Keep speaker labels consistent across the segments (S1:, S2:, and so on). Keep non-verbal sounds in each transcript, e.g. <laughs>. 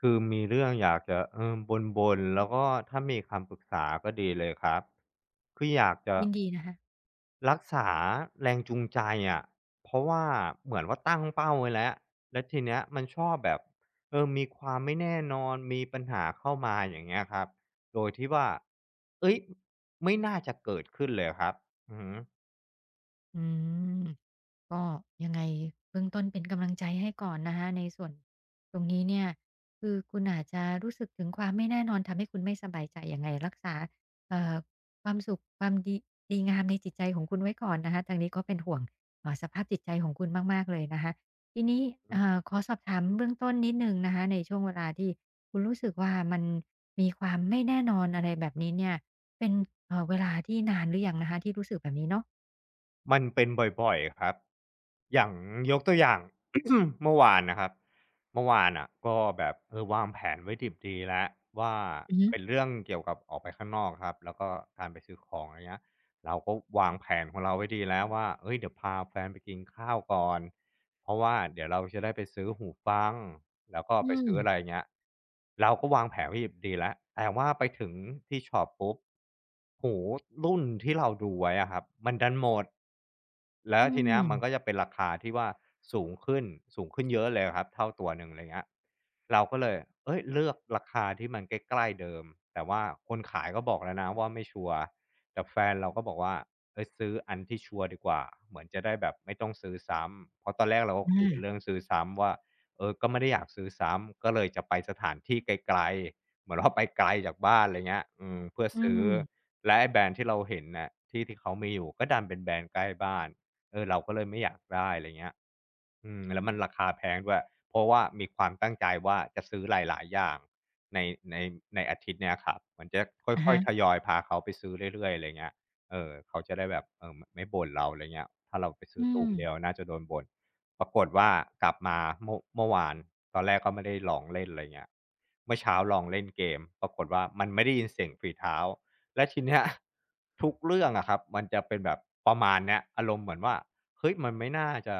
S1: คือมีเรื่องอยากจะบนแล้วก็ถ้ามีคำปรึกษาก็ดีเลยครับคืออยากจะ
S2: ยินดีนะคะ
S1: รักษาแรงจูงใจอะเพราะว่าเหมือนว่าตั้งเป้าไว้แล้วแล้วทีเนี้ยมันชอบแบบมีความไม่แน่นอนมีปัญหาเข้ามาอย่างเงี้ยครับโดยที่ว่าเอ้ยไม่น่าจะเกิดขึ้นเลยครับอือฮึ
S2: อืมก็ยังไงเบื้องต้นเป็นกำลังใจให้ก่อนนะคะในส่วนตรงนี้เนี่ยคือคุณอาจจะรู้สึกถึงความไม่แน่นอนทำให้คุณไม่สบายใจยังไงรักษาเอ่อความสุขความดีดีงามในจิตใจของคุณไว้ก่อนนะคะทางนี้ก็เป็นห่วงสภาพจิตใจของคุณมากๆเลยนะคะทีนี้ขอสอบถามเบื้องต้นนิดหนึ่งนะคะในช่วงเวลาที่คุณรู้สึกว่ามันมีความไม่แน่นอนอะไรแบบนี้เนี่ยเป็นเวลาที่นานหรือยังนะคะที่รู้สึกแบบนี้เนาะ
S1: มันเป็นบ่อยๆครับอย่างยกตัวอย่าง <coughs> เมื่อวานนะครับเมื่อวานอ่ะก็แบบวางแผนไว้ดิบดีแล้วว่า
S2: อือฮึ
S1: เป็นเรื่องเกี่ยวกับออกไปข้างนอกครับแล้วก็การไปซื้อของอะไรเงี้ยเราก็วางแผนของเราไว้ดีแล้วว่าเอ้ยเดี๋ยวพาแฟนไปกินข้าวก่อน เพราะว่าเดี๋ยวเราจะได้ไปซื้อหูฟังแล้วก็
S2: อื
S1: ไปซื้ออะไร
S2: ม
S1: เงี้ยเราก็วางแผนไว้ดิีแล้วแต่ว่าไปถึงที่ช็อปปุ๊บหูรุ่นที่เราดูไว้อะครับมันดันหมดแล้
S2: อื
S1: วทีเนี้ยมันก็จะ
S2: ม
S1: เป็นราคาที่ว่าสูงขึ้นสูงขึ้นเยอะเลยครับเท่าตัวหนึ่งอะไรเงี้ยเราก็เลยเอ้ยเลือกราคาที่มันใกล้ๆเดิมแต่ว่าคนขายก็บอกแล้วนะว่าไม่ชัวร์ แต่แฟนเราก็บอกว่าเฮ้ยซื้ออันที่ชัวร์ดีกว่าเหมือนจะได้แบบไม่ต้องซื้อซ้ำเพราะตอนแรกเราก็
S2: อ
S1: คุยกันเรื่อง
S2: า
S1: ซื้อซ้ำว่าก็ไม่ได้อยากซื้อซ้ำก็เลยจะไปสถานที่ไกลๆเหมือนว่าไปไกลจากบ้านอะไรเงี้ยอืมเพื่อ
S2: อื
S1: ซื้อ
S2: ม
S1: และไอ้แบรนด์ที่เราเห็นน่ะที่เขามีอยู่ก็ดันเป็นแบรนด์ใกล้บ้านเราก็เลยไม่อยากได้อะไรเงี้ยอืมแล้วมันราคาแพงด้วยเพราะว่ามีความตั้งใจว่าจะซื้อหลายๆอย่าง ในในในอาทิตย์เนี้ยครับเหมือนจะค
S2: อะ
S1: ่อย
S2: ฮะ
S1: ๆทยอยพาเขาไปซื้อเรื่อยๆอะไรเงี้ยเขาจะได้แบบไม่บ่นเราอะไรเงี้ยถ้าเราไปซื้
S2: อื
S1: อตู
S2: ม
S1: มเดียวน่าจะโดนบ่นปรากฏว่ากลับมาเมื่อวานตอนแรกก็ไม่ได้ลองเล่นอะไรเงี้ยเมื่อเช้าลองเล่นเกมปรากฏว่ามันไม่ได้ยินเสียงฝีเท้าและทีเนี้ย <laughs> ทุกเรื่องอะครับมันจะเป็นแบบประมาณเนี้ยอารมณ์เหมือนว่าเฮ้ยมันไม่น่าจะ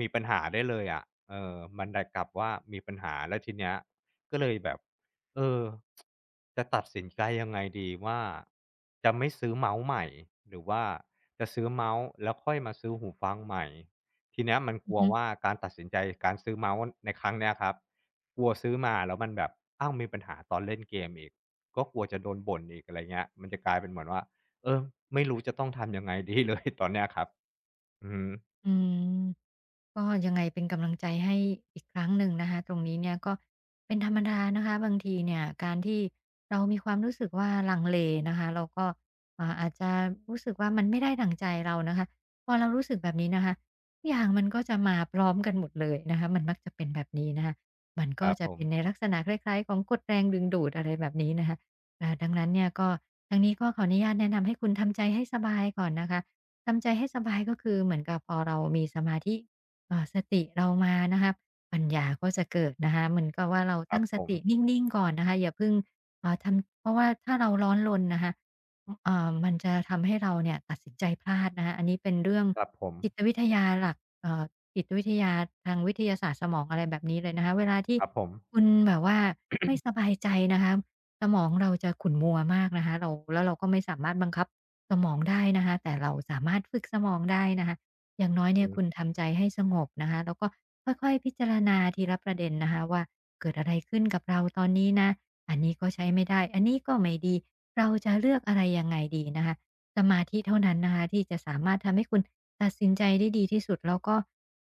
S1: มีปัญหาได้เลยอะเออมันดันกลับว่ามีปัญหาแล้วทีเนี้ย ก็เลยแบบเออจะตัดสินใจยังไงดีว่าจะไม่ซื้อเมาส์ใหม่หรือว่าจะซื้อเมาส์แล้วค่อยมาซื้อหูฟังใหม่ทีเนี้ยมันก
S2: อือ
S1: ลัว
S2: ฮึ
S1: ว่าการตัดสินใจการซื้อเมาส์ในครั้งเนี้ยครับกลัวซื้อมาแล้วมันแบบอ้าวมีปัญหาตอนเล่นเกมอีกก็กลัวจะโดนบ่นอีกอะไรเงี้ยมันจะกลายเป็นเหมือนว่าเออไม่รู้จะต้องทำยังไงดีเลย <laughs> ตอนเนี้ยครับ <laughs> อือ
S2: อืม ก็ยังไงเป็นกำลังใจให้อีกครั้งหนึ่งนะคะตรงนี้เนี่ยก็เป็นธรรมดานะคะบางทีเนี่ยการที่เรามีความรู้สึกว่าลังเลนะคะเราก็อาจจะรู้สึกว่ามันไม่ได้ดั่งใจเรานะคะพอเรารู้สึกแบบนี้นะคะทุกอย่างมันก็จะมาพร้อมกันหมดเลยนะคะมันมักจะเป็นแบบนี้นะคะมัน
S1: ค
S2: ก็
S1: รับ
S2: จะ
S1: ผ
S2: เป็นใน
S1: ม
S2: ลักษณะคล้ายๆของกฎแรงดึงดูดอะไรแบบนี้นะคะอ่าดังนั้นเนี่ยก็ทางนี้ก็ขออนุญาตแนะนำให้คุณทำใจให้สบายก่อนนะคะทำใจให้สบายก็คือเหมือนกับพอเรามีสมาธิ สติเรามานะคะัปัญญาก็จะเกิดนะคะเหมือนกับว่าเรา
S1: ครั
S2: ตั้
S1: บ
S2: งส
S1: ผม
S2: ตินิ่งๆก่อนนะคะอย่าเพิ่งทำเพราะว่าถ้าเราร้อนรนนะคะออ่ามันจะทำให้เราเนี่ยตัดสินใจพลาดนะคะอันนี้เป็นเรื่อง
S1: ครับผม
S2: จิตวิทยาหลักจิตวิทยาทางวิทยาศาสตร์สมองอะไรแบบนี้เลยนะคะเวลาที่
S1: ครับผม
S2: คุณแบบว่าไม่สบายใจนะคะสมองเราจะขุ่นมัวมากนะคะเราแล้วเราก็ไม่สามารถบังคับสมองได้นะคะแต่เราสามารถฝึกสมองได้นะคะ อย่างน้อยเนี่
S1: อื
S2: ย
S1: อ
S2: คุณทำใจให้สงบนะคะแล้วก็ค่อยๆพิจารณาทีละประเด็นนะคะว่าเกิดอะไรขึ้นกับเราตอนนี้นะอันนี้ก็ใช้ไม่ได้อันนี้ก็ไม่ดีเราจะเลือกอะไรยังไงดีนะคะสมาธิเท่านั้นนะคะที่จะสามารถทำให้คุณตัดสินใจได้ดีที่สุดแล้วก็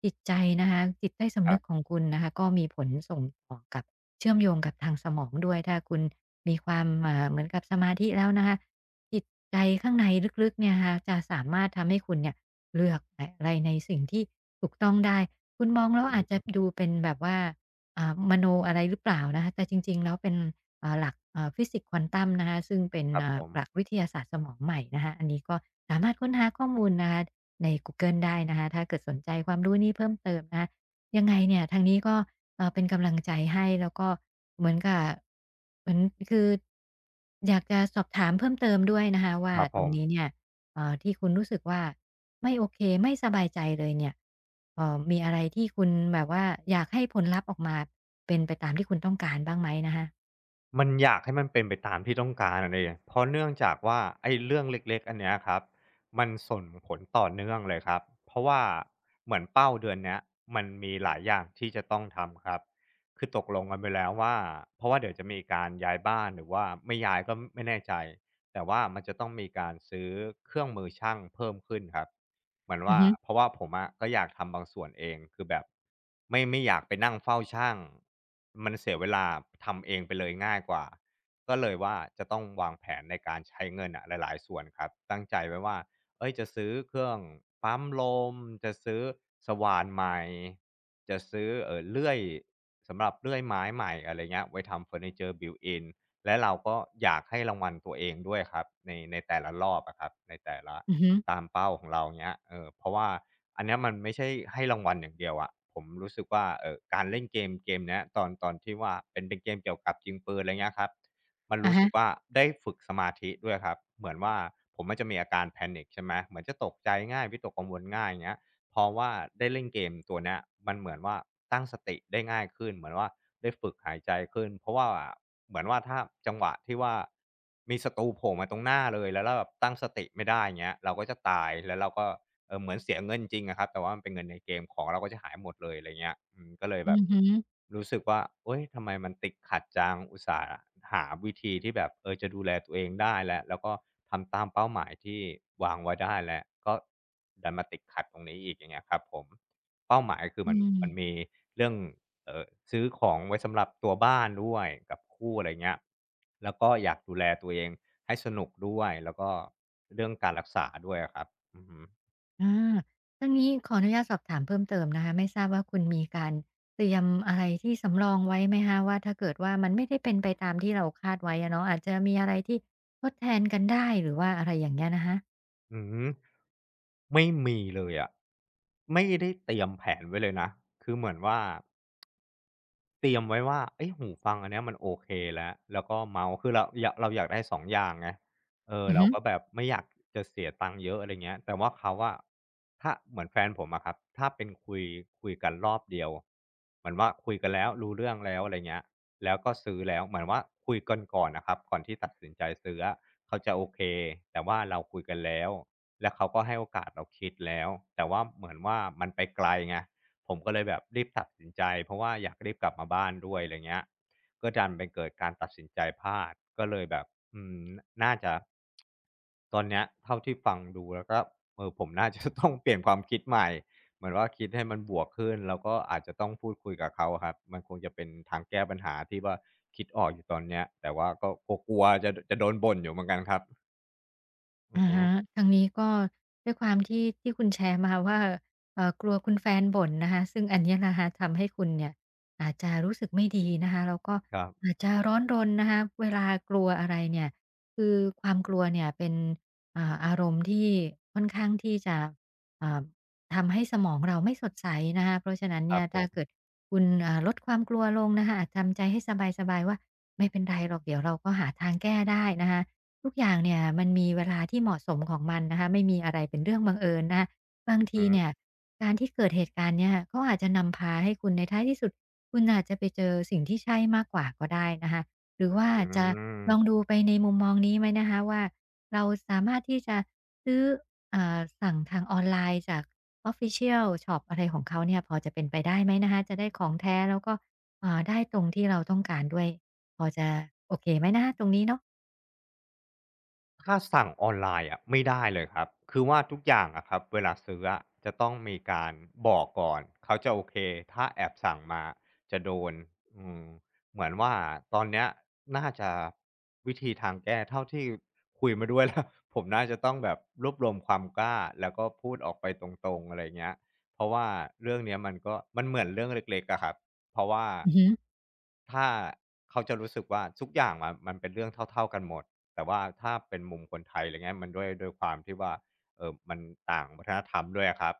S2: จิตใจนะคะจิตใต้
S1: ค
S2: สำ
S1: รั
S2: นึกข
S1: บ
S2: องคุณนะคะก็มีผลส่งต่อกับเชื่อมโยงกับทางสมองด้วยถ้าคุณมีความเหมือนกับสมาธิแล้วนะคะจิตใจข้างในลึกๆเนี่ยนะคะจะสามารถทำให้คุณเนี่ย เลือกอะไรในสิ่งที่ถูกต้องได้คุณมองแล้วอาจจะดูเป็นแบบว่ามโนอะไรหรือเปล่านะคะแต่จริงๆแล้วเป็นหลักฟิสิกส์ควอนตัมนะคะซึ่งเป็น
S1: ครับผม
S2: หลักวิทยาศาสตร์สมองใหม่นะคะอันนี้ก็สามารถค้นหาข้อมูลนะคะในกูเกิลได้นะคะถ้าเกิดสนใจความรู้นี้เพิ่มเติมนะคะ ยังไงเนี่ยทางนี้ก็เป็นกำลังใจให้แล้วก็เหมือนกับเหมือนคืออยากจะสอบถามเพิ่มเติมด้วยนะคะว่า
S1: ครับ
S2: ต
S1: ผ
S2: รง
S1: ม
S2: นี้เนี่ยที่คุณรู้สึกว่าไม่โอเคไม่สบายใจเลยเนี่ยมีอะไรที่คุณแบบว่าอยากให้ผลลัพธ์ออกมาเป็นไปตามที่คุณต้องการบ้างไหมนะคะ
S1: มันอยากให้มันเป็นไปตามที่ต้องการอะไรอย่างเพราะเนื่องจากว่าไอ้เรื่องเล็กๆอันเนี้ยครับมันส่งผลต่อเนื่องเลยครับเพราะว่าเหมือนเป้าเดือนเนี้ยมันมีหลายอย่างที่จะต้องทำครับคือตกลงกันไปแล้วว่าเพราะว่าเดี๋ยวจะมีการย้ายบ้านหรือว่าไม่ย้ายก็ไม่แน่ใจแต่ว่ามันจะต้องมีการซื้อเครื่องมือช่างเพิ่มขึ้นครับ เหมือน
S2: อือ
S1: ว่า
S2: ฮึ
S1: เพราะว่าผมอะก็อยากทำบางส่วนเองคือแบบไม่ไม่อยากไปนั่งเฝ้าช่างมันเสียเวลาทำเองไปเลยง่ายกว่าก็เลยว่าจะต้องวางแผนในการใช้เงินอะหลายๆส่วนครับตั้งใจไว้ว่าเฮ้ยจะซื้อเครื่องปั๊มลมจะซื้อสว่านใหม่จะซื้อเลื่อยสำหรับเลื่อยไม้ใหม่อะไรเงี้ยไว้ทำเฟอร์นิเชอร์ built in และเราก็อยากให้รางวัลตัวเองด้วยครับในแต่ละรอบอะครับในแต่ละ
S2: อือฮึ
S1: ตามเป้าของเราเงี้ยเพราะว่าอันเนี้ยมันไม่ใช่ให้รางวัลอย่างเดียวอะผมรู้สึกว่าการเล่นเกมเนี้ยตอนที่ว่าเป็นเกมเกี่ยวกับยิงปืนอะไรเงี้ยครับมัน
S2: อะ
S1: รู้สึ
S2: ฮะ
S1: กว่าได้ฝึกสมาธิด้วยครับเหมือนว่าผมอะจะมีอาการ panic ใช่ไหมเหมือนจะตกใจง่ายวิตกกังวลง่ายอย่างเงี้ย เพราะว่าได้เล่นเกมตัวเนี้ยมันเหมือนว่าตั้งสติได้ง่ายขึ้นเหมือนว่าได้ฝึกหายใจขึ้นเพราะว่าเหมือนว่าถ้าจังหวะที่ว่ามีศัตรูโผล่มาตรงหน้าเลยแล้วเราแบบตั้งสติไม่ได้อยเงี้ยเราก็จะตายแล้วเราก็ เออเหมือนเสียเงินจริงอะครับแต่ว่ามันเป็นเงินในเกมของเราก็จะหายหมดเลยอะไรเงี้ยอืมก็เลย
S2: อื
S1: แบบ
S2: อฮึ
S1: รู้สึกว่าเอ๊ยทำไมมันติดขัดจังอุตส่าห์หาวิธีที่แบบเออจะดูแลตัวเองได้แล้วก็ทำตามเป้าหมายที่วางไว้ได้แล้วก็ดันมาติดขัดตรงนี้อีกอย่างเงี้ยครับผมเป้าหมายคือ
S2: อื
S1: มันมี
S2: ม
S1: เรื่องเอ่อซื้อของไว้สำหรับตัวบ้านด้วยกับคู่อะไรเงี้ยแล้วก็อยากดูแลตัวเองให้สนุกด้วยแล้วก็เรื่องการรักษาด้วยอะครับอือฮึ
S2: อาทั้งนี้ขออนุญาตสอบถามเพิ่มเติมนะคะ ไม่ทราบว่าคุณมีการเตรียมอะไรที่สำรองไว้ไหมคะว่าถ้าเกิดว่ามันไม่ได้เป็นไปตามที่เราคาดไว้อะเนาะอาจจะมีอะไรที่ทดแทนกันได้หรือว่าอะไรอย่างเงี้ยนะคะ
S1: อืมไม่มีเลยอะไม่ได้เตรียมแผนไว้เลยนะคือเหมือนว่า เตรียมไว้ว่าเอยหูฟังอันเนี้ยมันโอเคแล้วแล้วก็เมาส์คือเราอยากเราอยากได้สองอย่างไงเออ
S2: อือ
S1: เรา
S2: ฮึ
S1: ก็แบบไม่อยากจะเสียตังค์เยอะอะไรเงี้ยแต่ว่าเขาอะถ้าเหมือนแฟนผมอะครับถ้าเป็นคุยคุยกันรอบเดียวเหมือนว่าคุยกันแล้วรู้เรื่องแล้วอะไรเงี้ยแล้วก็ซื้อแล้วเหมือนว่าคุยกันก่อนน่ะครับก่อนที่ตัดสินใจซื้ออะเขาจะโอเคแต่ว่าเราคุยกันแล้วแล้วเขาก็ให้โอกาสเราคิดแล้วแต่ว่าเหมือนว่ามันไปไกลไง ผมก็เลยแบบรีบตัดสินใจเพราะว่าอยากรีบกลับมาบ้านด้วยอะไรเงี้ยก็ดันไปเกิดการตัดสินใจพลาดก็เลยแบบอืมน่าจะตอนเนี้ยเท่าที่ฟังดูแล้วก็เออผมน่าจะ <laughs> ต้องเปลี่ยนความคิดใหม่เหมือนว่าคิดให้มันบวกขึ้นแล้วก็อาจจะต้องพูดคุยกับเขาอะครับมันคงจะเป็นทางแก้ปัญหาที่ว่าคิดออกอยู่ตอนเนี้ยแต่ว่าก็กลัวๆจะโดนบ่นอยู่เหมือนกันครับอือ
S2: อะ
S1: ฮึ
S2: ฮะทางนี้ก็ด้วยความที่ที่คุณแชร์มาว่ากลัวคุณแฟนบ่นนะคะซึ่งอันเนี้ยนะคะทำให้คุณเนี่ยอาจจะรู้สึกไม่ดีนะคะแล้วก็
S1: ครับ
S2: อาจจะร้อนรนนะคะเวลากลัวอะไรเนี่ยคือความกลัวเนี่ยเป็นอารมณ์ที่ค่อนข้างที่จะอ่าทำให้สมองเราไม่สดใสนะคะเพราะฉะนั้น
S1: ค
S2: เนี่
S1: รั
S2: ย
S1: บผ
S2: ถ้า
S1: ม
S2: เกิดคุณลดความกลัวลงนะคะอาจทำใจให้สบายๆว่าไม่เป็นไรหรอกเดี๋ยวเราก็หาทางแก้ได้นะคะ ทุกอย่างเนี่ยมันมีเวลาที่เหมาะสมของมันนะคะไม่มีอะไรเป็นเรื่องบังเอิญนะคะบางที
S1: อือ
S2: เนี่ยการที่เกิดเหตุการณ์เนี่ยเขาอาจจะนำพาให้คุณในท้ายที่สุดคุณอาจจะไปเจอสิ่งที่ใช่มากกว่าก็ได้นะคะหรือว่า
S1: อื
S2: จะลอง
S1: ม
S2: ดูไปในมุมมองนี้ไหมนะคะว่าเราสามารถที่จะซื้อสั่งทางออนไลน์จาก Official Shop อะไรของเขาเนี่ยพอจะเป็นไปได้ไหมนะคะจะได้ของแท้แล้วก็ได้ตรงที่เราต้องการด้วยพอจะโอเคไหมนะคะตรงนี้เนาะ
S1: ถ้าสั่งออนไลน์อะไม่ได้เลยครับคือว่าทุกอย่างอะครับเวลาซื้ออะจะต้องมีการบอกก่อนเขาจะโอเคถ้าแอบสั่งมาจะโดนอืมเหมือนว่าตอนเนี้ยน่าจะวิธีทางแก้เท่าที่คุยมาด้วย <laughs> แล้ว <laughs> ผมน่าจะต้องแบบรวบรวมความกล้าแล้วก็พูดออกไปตรงๆอะไรเงี้ยเพราะว่าเรื่องเนี้ยมันก็มันเหมือนเรื่องเล็กๆอะครับเพราะว่า
S2: อือฮึ
S1: ถ้าเขาจะรู้สึกว่าทุกอย่างมันเป็นเรื่องเท่าๆกันหมด แต่ว่าถ้าเป็นมุมคนไทยอะไรเงี้ยมันด้วยความที่ว่าเออมันต่างวัฒนธรรมด้วยอะครับ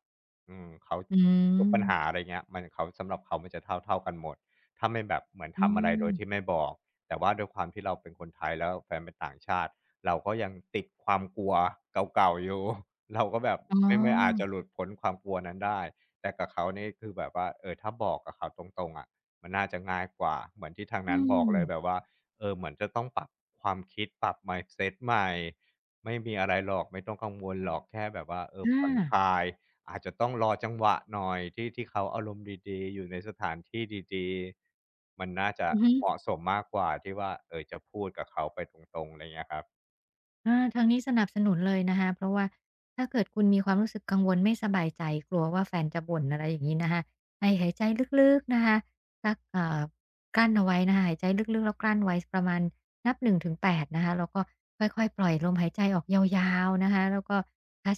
S1: อืมเขา
S2: อื
S1: ทุกปัญหาอะ
S2: ม
S1: ไรเงี้ยมันเขาสำหรับเขามันจะเท่าเท่ากันหมดถ้าไม่แบบเหมือน
S2: อ
S1: ทำอะไรโดย
S2: า
S1: ที่ไม่บอกแต่ว่าด้วยความที่เราเป็นคนไทยแล้วแฟนเป็นต่างชาติเราก็ยังติดความกลัวเก่าๆอยู่ <laughs> เราก็แบบ
S2: อ๋อ
S1: ไม่อาจจะหลุดพ้นความกลัวนั้นได้แต่กับเขานี่คือแบบว่าเออถ้าบอกกับเขาตรงๆอะมันน่าจะง่ายกว่าเหมือนที่ทาง
S2: อื
S1: นั้นบอกเลยแบบ
S2: ม
S1: ว่า เออเหมือนจะต้องปรับความคิดปรับ mindset ใหม่ไม่มีอะไรหรอกไม่ต้องกังวลหรอกแค่แบบว่าเออ
S2: อ
S1: ผ่อนค
S2: า
S1: ลายอาจจะต้องรอจังหวะหน่อยที่เขาอารมณ์ดีๆอยู่ในสถานที่ดีๆมันน่าจะ
S2: อือฮึ
S1: เหมาะสมมากกว่าที่ว่าเออจะพูดกับเขาไปตรงๆอะไรเงี้ยครับ
S2: อาทางนี้สนับสนุนเลยนะคะเพราะว่าถ้าเกิดคุณมีความรู้สึกกังวลไม่สบายใจกลัวว่าแฟนจะบ่นอะไรอย่างงี้นะคะให้หายใจลึกๆนะคะสักกลั้นเอาไว้นะคะหายใจลึกๆแล้วกลั้นไว้ประมาณนับหนึ่งถึงแปดนะคะแล้วก็ค่อยๆปล่อยลมหายใจออกยาวๆนะคะแล้วก็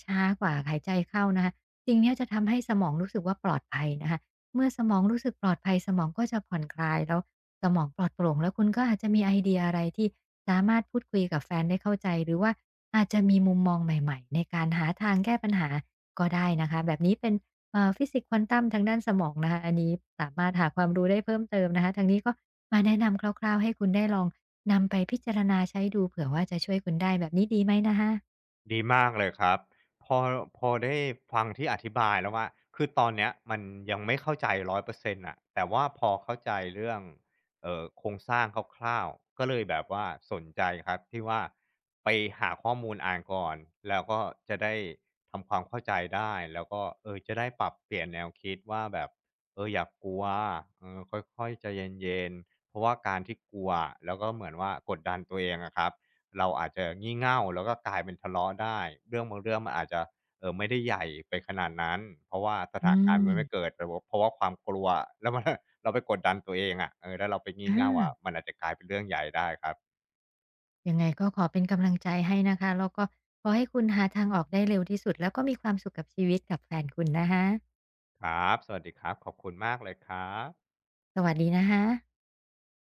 S2: ช้าๆกว่าหายใจเข้านะคะสิ่งเนี้ยจะทำให้สมองรู้สึกว่าปลอดภัยนะคะเมื่อสมองรู้สึกปลอดภัยสมองก็จะผ่อนคลายแล้ว สมองปลอดโปร่งแล้วคุณก็อาจจะมีไอเดียอะไรที่สามารถพูดคุยกับแฟนได้เข้าใจหรือว่าอาจจะมีมุมมองใหม่ๆในการหาทางแก้ปัญหาก็ได้นะคะแบบนี้เป็นฟิสิกส์ควอนตัมทางด้านสมองนะคะอันนี้สามารถหาความรู้ได้เพิ่มเติมนะคะทางนี้ก็มาแนะนำคร่าวๆให้คุณได้ลองนำไปพิจารณาใช้ดูเผื่อว่าจะช่วยคุณได้แบบนี้ดีไหมนะคะ
S1: ดีมากเลยครับพอพอได้ฟังที่อธิบายแล้วว่าคือตอนเนี้ยมันยังไม่เข้าใจ100%อ่ะแต่ว่าพอเข้าใจเรื่องโครงสร้างคร่าวๆก็เลยแบบว่าสนใจครับที่ว่าไปหาข้อมูลอ่านก่อนแล้วก็จะได้ทำความเข้าใจได้แล้วก็เออจะได้ปรับเปลี่ยนแนวคิดว่าแบบเอออย่ากลัวเออค่อยๆใจเย็นๆเพราะว่าการที่กลัวแล้วก็เหมือนว่ากดดันตัวเองอะครับ เราอาจจะงี่เง่าแล้วก็กลายเป็นทะเลาะได้เรื่องบางเรื่องมันอาจจะไม่ได้ใหญ่ไปขนาดนั้นเพราะว่าส
S2: อื
S1: ถานการณ์
S2: ม
S1: มันไม่เกิดแต่ว่าเพราะว่าความกลัวแล้วมัน <laughs> เราไปกดดันตัวเองอะเออแล้วเราไป
S2: อ
S1: งี่เง่าอะ
S2: า
S1: มันอาจจะกลายเป็นเรื่องใหญ่ได้ครับ
S2: ยังไงก็ขอเป็นกำลังใจให้นะคะแล้วก็ขอให้คุณหาทางออกได้เร็วที่สุดแล้วก็มีความสุขกับชีวิตกับแฟนคุณนะคะ
S1: ครับสวัสดีครับขอบคุณมากเลยครับ
S2: สวัสดีนะคะ